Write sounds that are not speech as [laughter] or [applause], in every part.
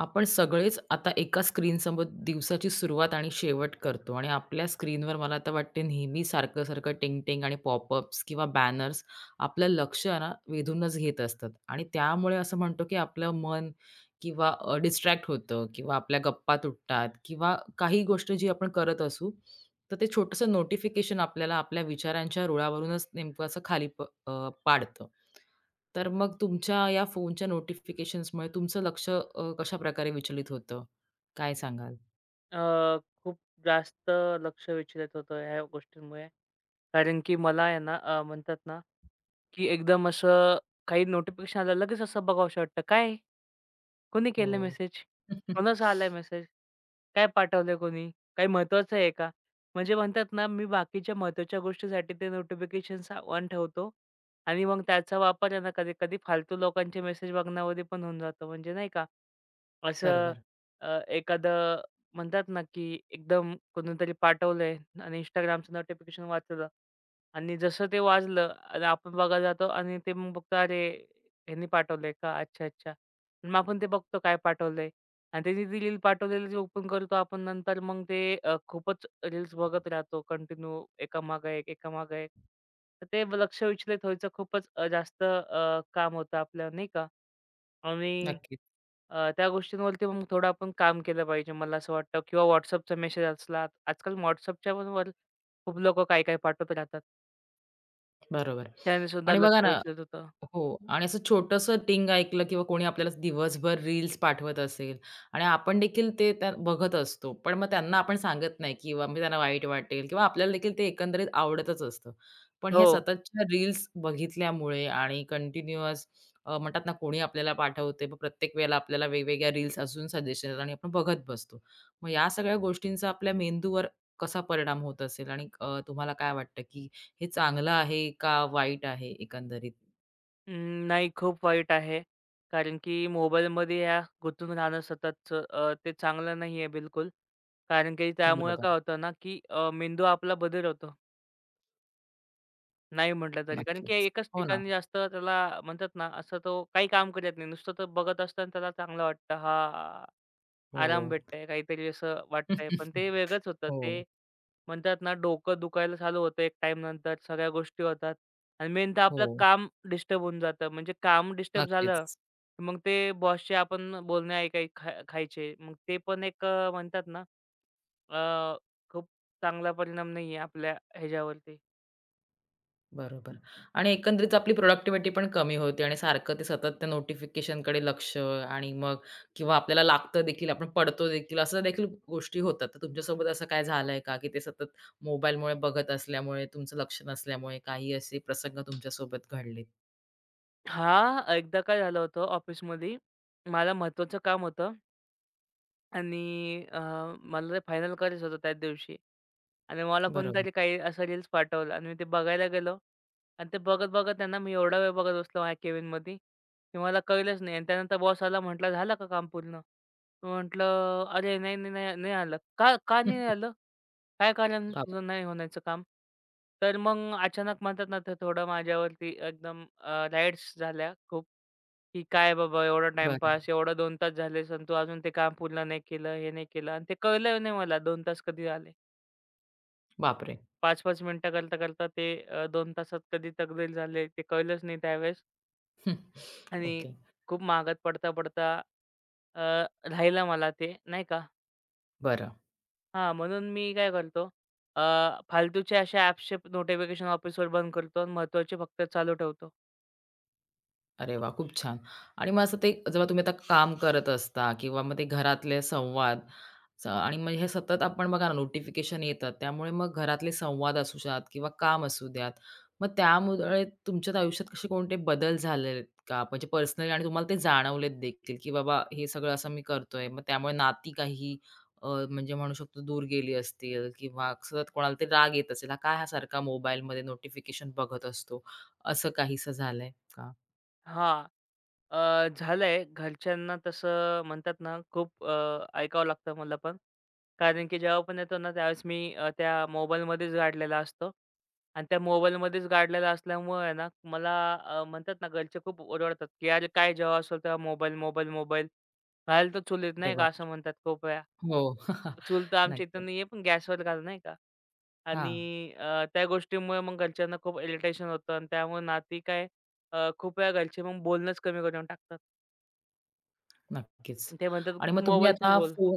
आपण सगळेच आता एका स्क्रीनसमोर दिवसाची सुरुवात आणि शेवट करतो आणि आपल्या स्क्रीनवर मला तर वाटते नेहमी सारखं-सारखं टिंग-टिंग आणि पॉपअप्स किंवा बॅनर्स आपलं लक्ष आहे ना वेधूनच घेत असतात आणि त्यामुळे असं म्हणतो की आपलं मन किंवा डिस्ट्रॅक्ट होतं किंवा आपल्या गप्पा तुटतात किंवा काही गोष्ट जी आपण करत असू, तर ते छोटंसं नोटिफिकेशन आपल्याला आपल्या विचारांच्या रुळावरूनच नेमकं असं खाली पाडतं. तर मग तुमच्या या फोनच्या नोटिफिकेशन्समुळे तुमचं लक्ष कशाप्रकारे विचलित होतं? काय सांगाल? अ, खूप जास्त लक्ष विचलित होतं ह्या गोष्टींमुळे. कारण की मला आहे ना, म्हणतात ना, की एकदम असं काही नोटिफिकेशन आलं, लगेच असं बघावसं वाटतं. काय? कोणी केलं हो. मेसेज? कोणाचा [laughs] आलाय मेसेज? काय पाठवलंय कोणी? काही महत्त्वाचं आहे का? म्हणजे म्हणतात ना, मी बाकीच्या महत्त्वाच्या गोष्टीसाठी ते नोटिफिकेशन्स ऑन ठेवतो आणि मग त्याचा वापर आहे ना, कधी-कधी फालतू लोकांचे मेसेज बघण्यामध्ये पण होऊन जातो. म्हणजे नाही का, असं बरोबर. एखादं म्हणतात ना, की एकदम कोणीतरी पाठवलंय आणि Instagramचं नोटिफिकेशन वाचलं आणि जसं ते वाजलं आणि आपण बघायला जातो आणि ते मग बघतो, "अरे, ह्यांनी पाठवलंय का? अच्छा, अच्छा." आणि मग आपण ते बघतो काय पाठवलंय आणि त्यांनी ती रील पाठवलेली जी ओपन करतो आपण नंतर मग ते खूपच रील्स बघत राहतो कंटिन्यू एकामागे एक, एकामागे एक. तर ते लक्ष विचलित व्हायचं खूपच जास्त काम होतं आपलं नाही का? आणि नक्कीच. त्या गोष्टींवरती मग थोडं आपण काम केलं पाहिजे मला असं वाटतं किंवा WhatsAppचा मेसेज असला. आजकाल WhatsAppच्या पण वर खूप लोकं काय-काय पाठवत राहतात. बरोबर. त्याने सुद्धा आणि बघा लक्ष ना. वेधलं होतं. हो. आणि असं छोटंसं टिंग ऐकलं किंवा कोणी आपल्याला दिवसभर रील्स पाठवत असेल आणि आपण देखील ते त्या बघत असतो. पण मग त्यांना आपण सांगत नाही किंवा म्हणजे त्यांना वाईट वाटेल किंवा आपल्याला देखील ते एकंदरीत आवडतच असतं. पण ह्या हो. सततच्या रील्स बघितल्यामुळे आणि कंटिन्युअस म्हणतात ना, कोणी आपल्याला पाठवते. मग प्रत्येक वेळेला आपल्याला वेगवेगळ्या रील्स अजून सजेशन येतात आणि आपण बघत बसतो. मग या सगळ्या गोष्टींचा आपल्या मेंदूवर कसा परिणाम होत असेल आणि तुम्हाला काय वाटतं, की हे चांगलं आहे का वाईट आहे एकंदरीत? नाही, खूप वाईट आहे. कारण की मोबाईलमध्ये या गुंतून राहणं सततचं, ते चांगलं नाही आहे बिलकुल. कारण की त्यामुळे काय बरोबर. होतं ना, की मेंदू आपला बधीर होतो. नाही म्हटलं तरी. कारण की नक्कीच. एकाच हो ना. ठिकाणी जास्त त्याला म्हणतात ना, असं तो काही काम करत नाही. नुसतं तो बघत असतो त्याला चांगलं वाटतं. हां. हो. आराम भेटतंय, काहीतरी असं वाटतंय. पण ते [laughs] वेगळंच होतं. ते हो, म्हणतात ना, डोकं दुखायला चालू होतं एक टाईमनंतर. सगळ्या गोष्टी होतात आणि मेन तर हो. आपलं काम डिस्टर्ब होऊन जातं. म्हणजे काम डिस्टर्ब झालं, नक्कीच. की मग ते बॉसचे आपण बोलणे ऐकाय खा खायचे. मग ते पण एक म्हणतात ना, अ, खूप चांगला परिणाम नाहीये आपल्या ह्याच्यावरती. बरोबर. आणि एकंदरीत आपली प्रॉडक्टिव्हिटी पण कमी होते आणि सारखं ते सतत त्या नोटिफिकेशनकडे लक्ष आणि मग किंवा आपल्याला लागतं देखील, आपण पडतो देखील, असं देखील गोष्टी होतात. तर तुमच्यासोबत असं काय झालंय का, की ते सतत मोबाईलमुळे बघत असल्यामुळे, तुमचं लक्ष नसल्यामुळे काही असे प्रसंग तुमच्यासोबत घडलेत? हां, एकदा काय झालं होतं ऑफिसमध्ये, मला महत्त्वाचं काम होतं. आणि मला ते फायनल करायचं होतं त्याच दिवशी आणि मला बरोबर. कोणीतरी काही असं रील्स पाठवलं आणि मी ते बघायला गेलो आणि ते बघत बघत त्यांना मी एवढा वेळ बघत बसलो माझ्या केबिनमध्ये की मला कळलंच नाही. आणि त्यानंतर बॉस आला, म्हटलं झालं का काम पूर्ण. म्हटलं अरे नाही नाही नाही नाही आलं. का का नाही [laughs] आलं, काय कारण, तुझं बापरे! नाही होण्याचं काम. तर मग अचानक म्हणतात ना ते थोडं माझ्यावरती एकदम राईड्स झाल्या खूप, की काय बाबा एवढा बरं. टाईमपास, एवढा 2 तास झालेस आणि तू अजून ते काम पूर्ण नाही केलं, हे नाही केलं, आणि ते कळलं नाही मला 2 तास कधी झाले. बापरे! 5-5 मिनिटं करता-करता ते 2 तासात कधी तकदीर झाले ते कळलंच नाही त्यावेळेस. [laughs] आणि ओके. खूप महागात पडता-पडता अ, राहिलं मला ते नाही का. बरं. हां, म्हणून मी काय करतो, अ, फालतूच्या अशा ॲप्सचे नोटिफिकेशन ऑफिसवर बंद करतो आणि महत्त्वाचे फक्त चालू ठेवतो. अरे वा, खूप छान. आणि मग असं ते जेव्हा तुम्ही आता काम करत असता किंवा मग ते घरातले संवाद आणि मग हे सतत आपण बघा ना नोटिफिकेशन येतात. त्यामुळे मग घरातले संवाद असू द्यात किंवा काम असू द्यात. मग त्यामुळे तुमच्या आयुष्यात कसे कोणते बदल झालेले आहेत का? म्हणजे पर्सनली आणि तुम्हाला ते जाणवलेत देखील, की बाबा हे सगळं असं मी करतोय. मग त्यामुळे नाती काही म्हणजे म्हणू शकतो दूर गेली असतील किंवा सतत कोणाला तरी राग येत असेल. हा काय हा सारखा मोबाईलमध्ये नोटिफिकेशन बघत असतो, असं काहीसं झालंय का? हां. झालंय. घरच्यांना तसं म्हणतात ना, खूप ऐकावं लागतं मला पण. कारण की जेव्हा पण येतो ना, त्यावेळेस मी त्या मोबाईलमध्येच गाडलेला असतो आणि त्या मोबाईलमध्येच गाडलेला असल्यामुळे आहे ना, मला म्हणतात ना, घरचे खूप ओरडतात, की "अरे, काय जेव्हा असेल तेव्हा मोबाईल, मोबाईल, मोबाईल." घाल तर चुलीत अरे नाही वाह! का, असं म्हणतात खूप वेळा. हो. [laughs] चूल तर आमच्या इथं नक्कीच. नाहीये, पण गॅसवर घाल नाही का. हां, आणि त्या गोष्टीमुळे मग घरच्यांना खूप इरिटेशन होतं आणि त्यामुळे नाती काय, खूप वेळा घरचे मग बोलणंच कमी करून टाकतात. नक्कीच. ते म्हणतात, आणि "तू मग तुम्ही मोबाईलशीच आता बोल." फोन.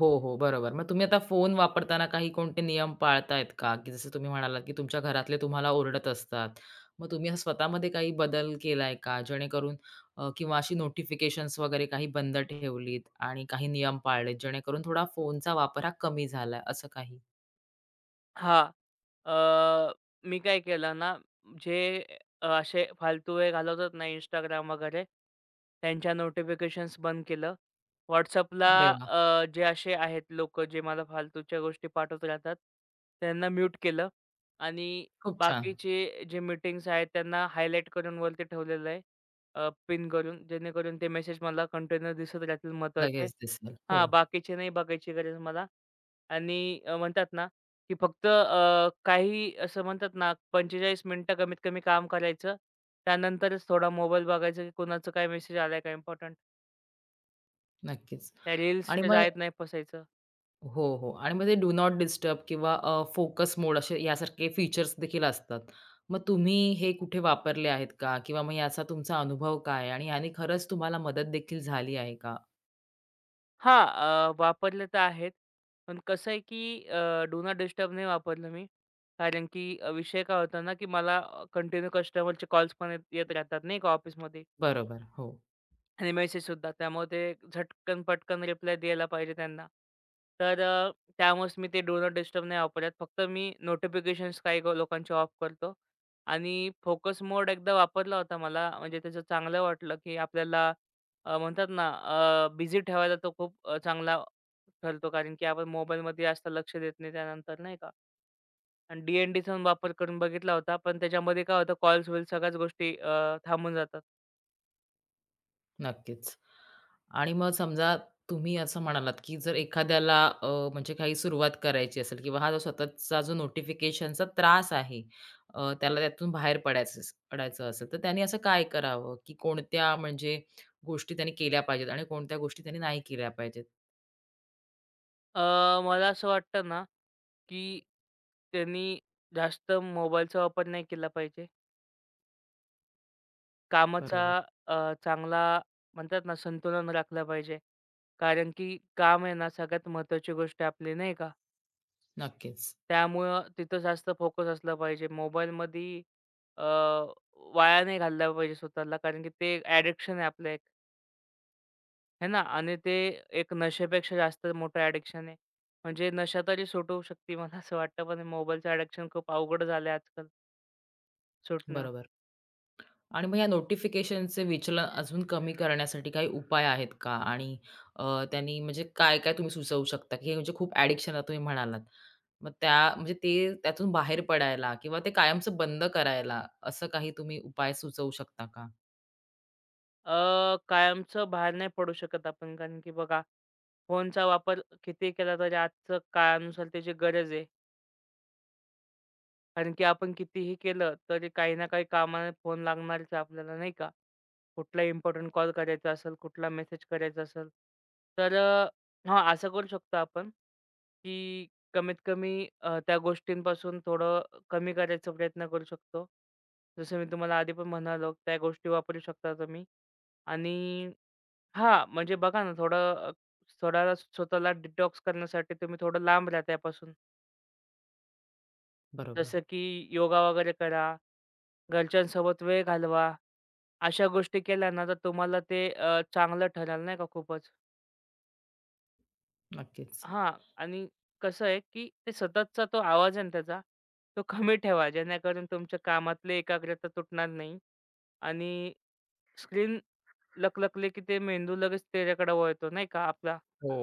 हो, हो, बरोबर. मग तुम्ही आता फोन वापरताना काही कोणते नियम पाळतायत का? की जसं तुम्ही म्हणालात, की तुमच्या घरातले तुम्हाला ओरडत असतात. मग तुम्ही असं स्वतःमध्ये काही बदल केलाय का? जेणेकरून किंवा अशी नोटिफिकेशन्स वगैरे काही बंद ठेवलीत आणि काही नियम पाळलेत, जेणेकरून थोडा फोनचा वापर हा कमी झालाय, असं काही? हां. अ, मी काय केलं ना, जे असे फालतू वेळ घालवतात ना इंस्टाग्राम वगैरे, त्यांच्या नोटिफिकेशन्स बंद केलं. WhatsAppला अरे वाह! जे असे आहेत लोक जे मला फालतूच्या गोष्टी पाठवत राहतात, त्यांना म्यूट केलं. आणि खूप छान. बाकीचे जे मीटिंग्स आहेत त्यांना हायलाइट करून वरती ठेवलेलं आहे, पिन करून, जेणेकरून ते मेसेज मला कंटिन्यू दिसत राहतील महत्त्वाचे. लगेच दिसेल. हो. हां, बाकीचे नाही बघायची गरज मला. आणि म्हणतात ना, की फक्त काही असं म्हणतात ना, 45 मिनिटं कमीत कमी काम करायचं. त्यानंतरच थोडा मोबाईल बघायचा, की कोणाचा काय मेसेज आलाय का इम्पोर्टंट. नक्कीच. त्या आणि रील्सच्या मग जाळ्यात नाही फसायचं. हो, हो. आणि मग ते डू नॉट डिस्टर्ब किंवा फोकस मोड असे यासारखे फीचर्स देखील असतात. मग तुम्ही हे कुठे वापरले आहेत का? किंवा मग याचा तुमचा अनुभव काय आहे? आणि याने खरंच तुम्हाला मदत देखील झाली आहे का? हां, वापरले तर आहेत. पण कसं आहे, की डू नॉट डिस्टर्ब नाही वापरलं मी. कारण की विषय काय होता ना, की मला कंटिन्यू कस्टमरचे कॉल्स पण येत येत राहतात नाही का ऑफिसमध्ये. बरोबर. हो, आणि मेसेजसुद्धा. त्यामुळे ते झटकन पटकन रिप्लाय द्यायला पाहिजे त्यांना. तर त्यामुळेच मी ते डू नॉट डिस्टर्ब नाही वापरत. फक्त मी नोटिफिकेशन्स काही लोकांचे ऑफ करतो. आणि फोकस मोड एकदा वापरला होता मला, म्हणजे त्याचं चांगलं वाटलं, की आपल्याला म्हणतात ना बिझी ठेवायला तो खूप चांगला ठरतो. कारण की आपण मोबाईलमध्ये जास्त लक्ष देत नाही त्यानंतर नाही का. आणि डी-एन-डीचा वापर करून बघितला होता. पण त्याच्यामध्ये काय होतं कॉल्स-बिल्स सगळ्याच गोष्टी थांबून जातात. नक्कीच. आणि मग समजा तुम्ही असं म्हणालात, की जर एखाद्याला म्हणजे काही सुरुवात करायची असेल किंवा हा जो सततचा जो नोटिफिकेशनचा त्रास आहे, त्याला त्यातून बाहेर पडायचं अस पडायचं असेल, तर त्याने असं काय करावं, की कोणत्या म्हणजे गोष्टी त्याने केल्या पाहिजेत आणि कोणत्या गोष्टी त्याने नाही केल्या पाहिजेत? अ, मला असं वाटतं ना की त्यांनी जास्त मोबाईलचा वापर नाही केला पाहिजे. कामाचा बरोबर. चांगला म्हणतात ना संतुलन राखलं पाहिजे. कारण की काम आहे ना सगळ्यात महत्त्वाची गोष्ट आहे आपली नाही का? नक्कीच. त्यामुळं तिथं जास्त फोकस असला पाहिजे. मोबाईलमध्ये अ, वाया नाही घालवला पाहिजे स्वतःला. कारण की ते ॲडिक्शन आहे आपलं एक, आहे ना? आणि ते एक नशेपेक्षा जास्त मोठं ॲडिक्शन आहे. म्हणजे नशा तरी सुटू शकते मला असं वाटतं, पण मोबाईलचं ॲडिक्शन खूप अवघड झालं आजकाल सुटणं. बरोबर. आणि मग या नोटिफिकेशनचे विचलन अजून कमी करण्यासाठी काही उपाय आहेत का? आणि त्यांनी म्हणजे काय-काय तुम्ही सुचवू शकता? की हे म्हणजे खूप ॲडिक्शन आहे तुम्ही म्हणालात. मग त्या म्हणजे ते त्यातून बाहेर पडायला किंवा ते कायमचं बंद करायला असं काही तुम्ही उपाय सुचवू शकता का? कायमचं बाहेर नाही पडू शकत आपण, कारण की बघा फोनचा वापर किती केला तरी आजचं काळानुसार त्याची गरज आहे. कारण की आपण कितीही केलं तरी काही ना काही कामाला फोन लागणारच आहे आपल्याला नाही का? कुठला इम्पोर्टंट कॉल करायचा असेल, कुठला मेसेज करायचा असेल. तर हां, असं करू शकतो आपण, की कमीत कमी त्या गोष्टींपासून थोडं कमी करायचा प्रयत्न करू शकतो. जसं मी तुम्हाला आधी पण म्हणालो, त्या गोष्टी वापरू शकता तुम्ही. आणि हां, म्हणजे बघा ना थोडं थोडा स्वतःला डिटॉक्स करण्यासाठी तुम्ही थोडं लांब राहा त्यापासून. बरोबर, जसं की योगा वगैरे करा, घरच्यांसोबत वेळ घालवा. अशा गोष्टी केल्या ना तर तुम्हाला ते चांगलं ठरेल नाही का खूपच. नक्कीच. हां. आणि कसं आहे, की ते सततचा तो आवाज आहे ना त्याचा, तो कमी ठेवा जेणेकरून तुमच्या कामातली एकाग्रता तुटणार नाही. आणि स्क्रीन लकलकली की ते मेंदू लगेच त्याच्याकडे वळतो नाही का आपला. हो.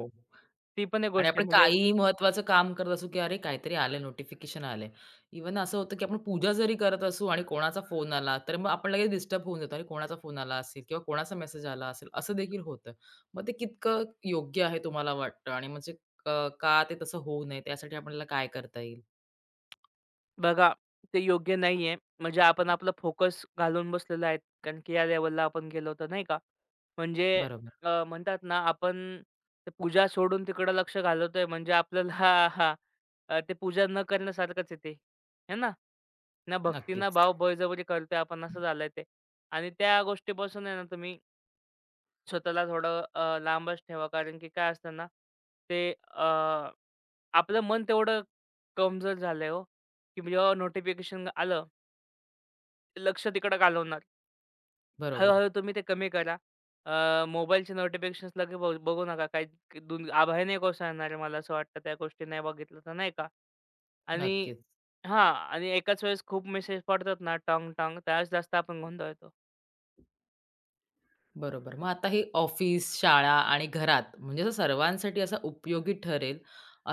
ती पण एक आणि गोष्ट आपण आहे. म्हणजे काहीही महत्त्वाचं काम करत असू, की अरे काहीतरी आलंय, नोटिफिकेशन आलंय. इव्हन असं होतं, की आपण पूजा जरी करत असू आणि कोणाचा फोन आला, तर मग आपण लगेच डिस्टर्ब होऊन जातो. अरे कोणाचा फोन आला असेल किंवा कोणाचा मेसेज आला असेल, असं देखील होतं. मग ते कितकं योग्य आहे तुम्हाला वाटतं आणि म्हणजे अ, का ते तसं होऊ नये, त्यासाठी आपल्याला काय करता येईल? बघा, ते योग्य नाहीये. म्हणजे आपण आपला फोकस घालून बसलेलो आहे. कारण की या लेव्हलला आपण गेलो होतो, नाही का? म्हणजे बरोबर. म्हणतात ना, आपण ते पूजा सोडून तिकडं लक्ष घालवतोय म्हणजे आपल्याला [laughs] ते पूजा न करण्यासारखंच आहे ते, ना? ना भक्ती, ना नक्कीच. भाव, बळजबरी करतोय आपण, असं झालंय ते. आणि त्या गोष्टीपासून आहे ना, तुम्ही स्वतःला थोडं लांबच ठेवा. कारण की काय असतं ना, ते आपलं मन तेवढं कमजोर झालंय हो, की जेव्हा नोटिफिकेशन आलं, लक्ष तिकडं घालवणार. बरोबर. हळू-हळू तुम्ही ते कमी करा. मोबाईलचे नोटिफिकेशन्स लगे ब बघू नका. काही आभाळ नाही कोसळणार आहे मला असं वाटतं त्या गोष्टी नाही बघितलं तर नाही का? आणि नक्कीच. हां, आणि एकाच वेळेस खूप मेसेज पडतात ना टॉंग-टॉंग त्यावेळेस जास्त आपण गोंधळतो. बरोबर. मग आता हे ऑफिस, शाळा आणि घरात म्हणजे असं सर्वांसाठी असा उपयोगी ठरेल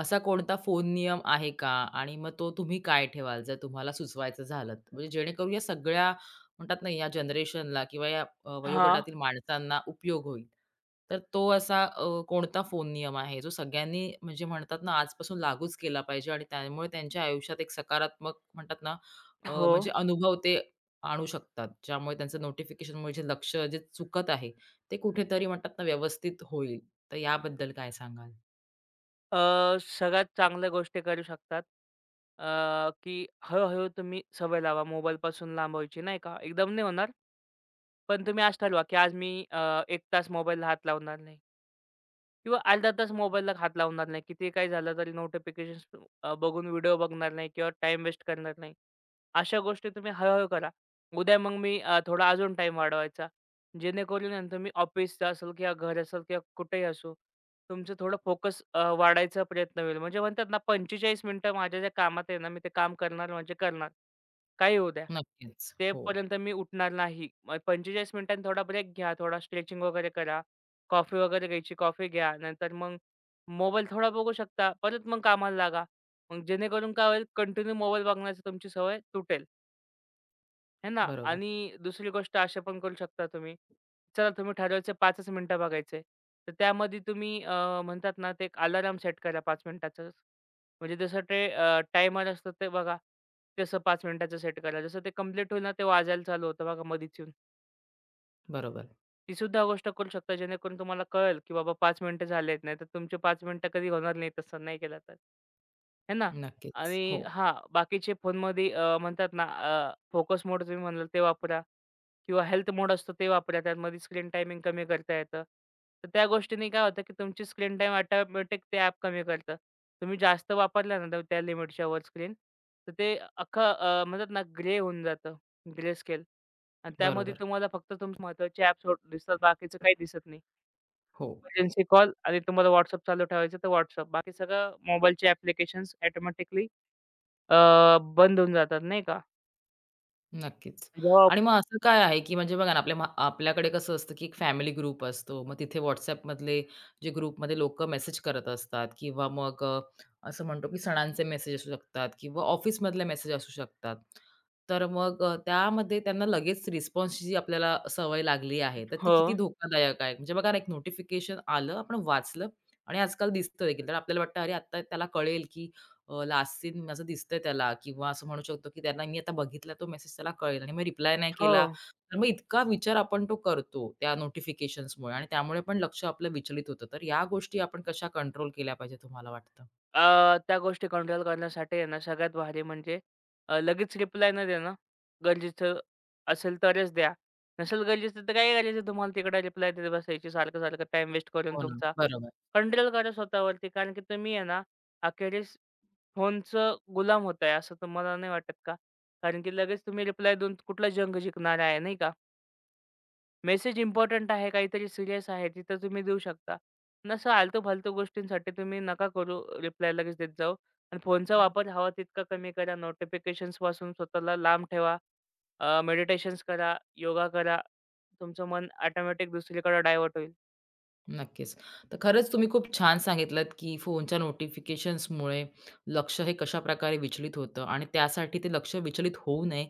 असा कोणता फोन नियम आहे का? आणि मग तो तुम्ही काय ठेवाल जर तुम्हाला सुचवायचं झालं? तर? म्हणजे जेणेकरून या सगळ्या म्हणतात ना या जनरेशनला किंवा या हां, वयोगटातील माणसांना उपयोग होईल. तर तो असा कोणता फोन नियम आहे जो सगळ्यांनी म्हणजे म्हणतात ना आजपासून लागूच केला पाहिजे आणि त्यामुळे त्यांच्या आयुष्यात एक सकारात्मक म्हणतात ना हो. म्हणजे अनुभव ते आणू शकतात. ज्यामुळे त्यांचं नोटिफिकेशनमुळे जे लक्ष जे चुकत आहे, ते कुठेतरी म्हणतात ना व्यवस्थित होईल. तर याबद्दल काय सांगाल? अ, सगळ्यात चांगल्या गोष्टी करू शकतात. अ, की हळू तुम्ही सवय लावा मोबाईलपासून लांब व्हायची नाही का? एकदम नाही होणार. पण तुम्ही आज ठरवा, की आज मी एक तास मोबाईलला हात लावणार नाही किंवा अर्धा तास मोबाईलला हात लावणार नाही. कितीही काही झालं तरी नोटिफिकेशन्स बघून व्हिडिओ बघणार नाही किंवा टाईम वेस्ट करणार नाही. अशा गोष्टी तुम्ही हळू-हळू करा. उद्या मग मी थोडा अजून टाइम वाढवायचा. जेणेकरून आहे ना तुम्ही ऑफिसचं असेल किंवा घर असेल किंवा कुठेही असो, तुमचं थोडं फोकस वाढायचा प्रयत्न होईल. म्हणजे म्हणतात ना 45 मिनिटं माझ्या ज्या कामात आहे ना, मी ते काम करणार म्हणजे करणार. काही होऊ द्या. नक्कीच. हो. तेपर्यंत मी उठणार नाही. मग 45 मिनिटांनी थोडा ब्रेक घ्या, थोडा स्ट्रेचिंग वगैरे करा. कॉफी वगैरे घ्यायची, कॉफी घ्या. नंतर मग मोबाईल थोडा बघू शकता. परत मग कामाला लागा. मग जेणेकरून काय होईल कंटिन्यू मोबाईल बघण्याची तुमची सवय तुटेल. आहे ना? बरोबर, आणि दुसरी गोष्ट अशी पण करू शकता तुम्ही. चला तुम्ही ठरवायचे 5च मिनिटं बघायचे. तर त्यामध्ये तुम्ही म्हणतात ना ते एक अलार्म सेट करा 5 मिनिटाचंच. म्हणजे जसं ते टायमर असतं ते बघा. तसं 5 मिनिटाचं सेट करा. जसं ते कंप्लीट होईल ना ते वाजायला चालू होतं बघा मधीच येऊन. बरोबर. ती सुद्धा गोष्ट करू शकता जेणेकरून तुम्हाला कळेल, की बाबा 5 मिनिटं झालेत. नाहीतर तुमचे 5 मिनिटं कधी होणार नाही तसं नाही केलं तर. है ना? नक्कीच. आणि हो. हां, बाकीचे फोनमध्ये म्हणतात ना फोकस मोड तुम्ही म्हणाल ते वापरा किंवा हेल्थ मोड असतो ते वापरा. त्यामध्ये स्क्रीन टायमिंग कमी करता येतं. तर त्या गोष्टीने काय होतं, की तुमची स्क्रीन टाईम ऑटोमॅटिक ते ॲप कमी करतं. तुम्ही जास्त वापरला ना तर त्या लिमिटच्या वर स्क्रीन, तर ते अख्खं म्हणतात ना ग्रे होऊन जातं. Grey scale. आणि त्यामध्ये बरोबर. तुम्हाला फक्त तुमचे महत्त्वाचे ॲप्स हो दिसतात. बाकीचं काही दिसत नाही. हो. इमर्जन्सी कॉल आणि तुम्हाला WhatsApp चालू ठेवायचं तर WhatsApp. बाकी सगळं मोबाईलचे ॲप्लिकेशन्स ऑटोमॅटिकली अ, बंद होऊन जातात नाही का. नक्कीच. जेव्हा आणि मग असं काय आहे, की म्हणजे बघा ना, आपल्याकडे कसं असतं, की एक फॅमिली ग्रुप असतो. मग तिथे WhatsAppमधले जे ग्रुपमध्ये लोकं मेसेज करत असतात किंवा मग असं म्हणतो, की सणांचे मेसेज असू शकतात किंवा ऑफिसमधले मेसेज असू शकतात. तर मग त्यामध्ये त्यांना लगेच रिस्पॉन्सची जी आपल्याला सवय लागली आहे, तर ती हो, किती धोकादायक आहे. म्हणजे बघा ना, एक नोटिफिकेशन आलं, आपण वाचलं आणि आजकाल दिसतं देखील. तर आपल्याला वाटतं, "अरे, आता त्याला कळेल, की लास्ट सीन असं दिसतंय त्याला किंवा असं म्हणू शकतो, की त्यांना मी आता बघितला तो मेसेज त्याला कळेल आणि मग रिप्लाय नाही हो. केला, तर मग इतका विचार आपण तो करतो त्या नोटिफिकेशन्समुळे आणि त्यामुळे पण लक्ष आपलं विचलित होतं. तर या गोष्टी आपण कशा कंट्रोल केल्या पाहिजे तुम्हाला वाटतं? अ, त्या गोष्टी कंट्रोल करण्यासाठी आहे ना सगळ्यात भारी म्हणजे लगेच रिप्लाय न देणं, गरजेचं असेल तरच द्या. नसेल गरजेचं तर काय करायचं तुम्हाला तिकडे रिप्लाय देत बसायची, सारखं-सारखं टाईम वेस्ट करून हो ना. तुमचा. बरोबर. कंट्रोल करा स्वतःवरती, कारण की तुम्ही आहे ना अखेरीस फोनचं गुलाम होत आहे, असं तुम्हाला नाही वाटत का? कारण की लगेच तुम्ही रिप्लाय देऊन कुठला जंग जिंकणार आहे, नाही का? मेसेज इम्पोर्टंट आहे, काहीतरी सीरियस आहे, तिथं तुम्ही देऊ शकता. पण असं आलतू-फालतू गोष्टींसाठी तुम्ही नका करू, रिप्लाय लगेच देत जाऊ, आणि फोनचा वापर हवा तितका कमी करा. नोटिफिकेशन्सपासून स्वतःला लांब ठेवा. मेडिटेशन्स करा, योगा करा. तुमचं मन ऑटोमॅटिक दुसरीकडे डायव्हर्ट होईल. नक्कीच. तर खरंच तुम्ही खूप छान सांगितलत, की फोनच्या नोटिफिकेशन्समुळे लक्ष हे कशाप्रकारे विचलित होतं आणि त्यासाठी ते लक्ष विचलित होऊ नये,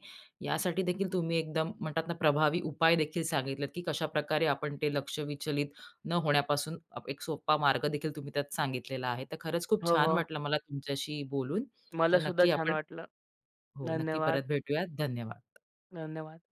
यासाठी देखील तुम्ही एकदम म्हणतात ना, प्रभावी उपाय देखील सांगितलेत, की कशाप्रकारे आपण ते लक्ष विचलित न होण्यापासून एक सोपा मार्ग देखील तुम्ही त्यात सांगितलेला आहे. तर खरंच खूप हो, छान हो. वाटलं मला तुमच्याशी बोलून. तर मला सुद्धा नक्की छान आपण वाटलं. हो, नक्की धन्यवाद, परत भेटूयात. धन्यवाद. धन्यवाद.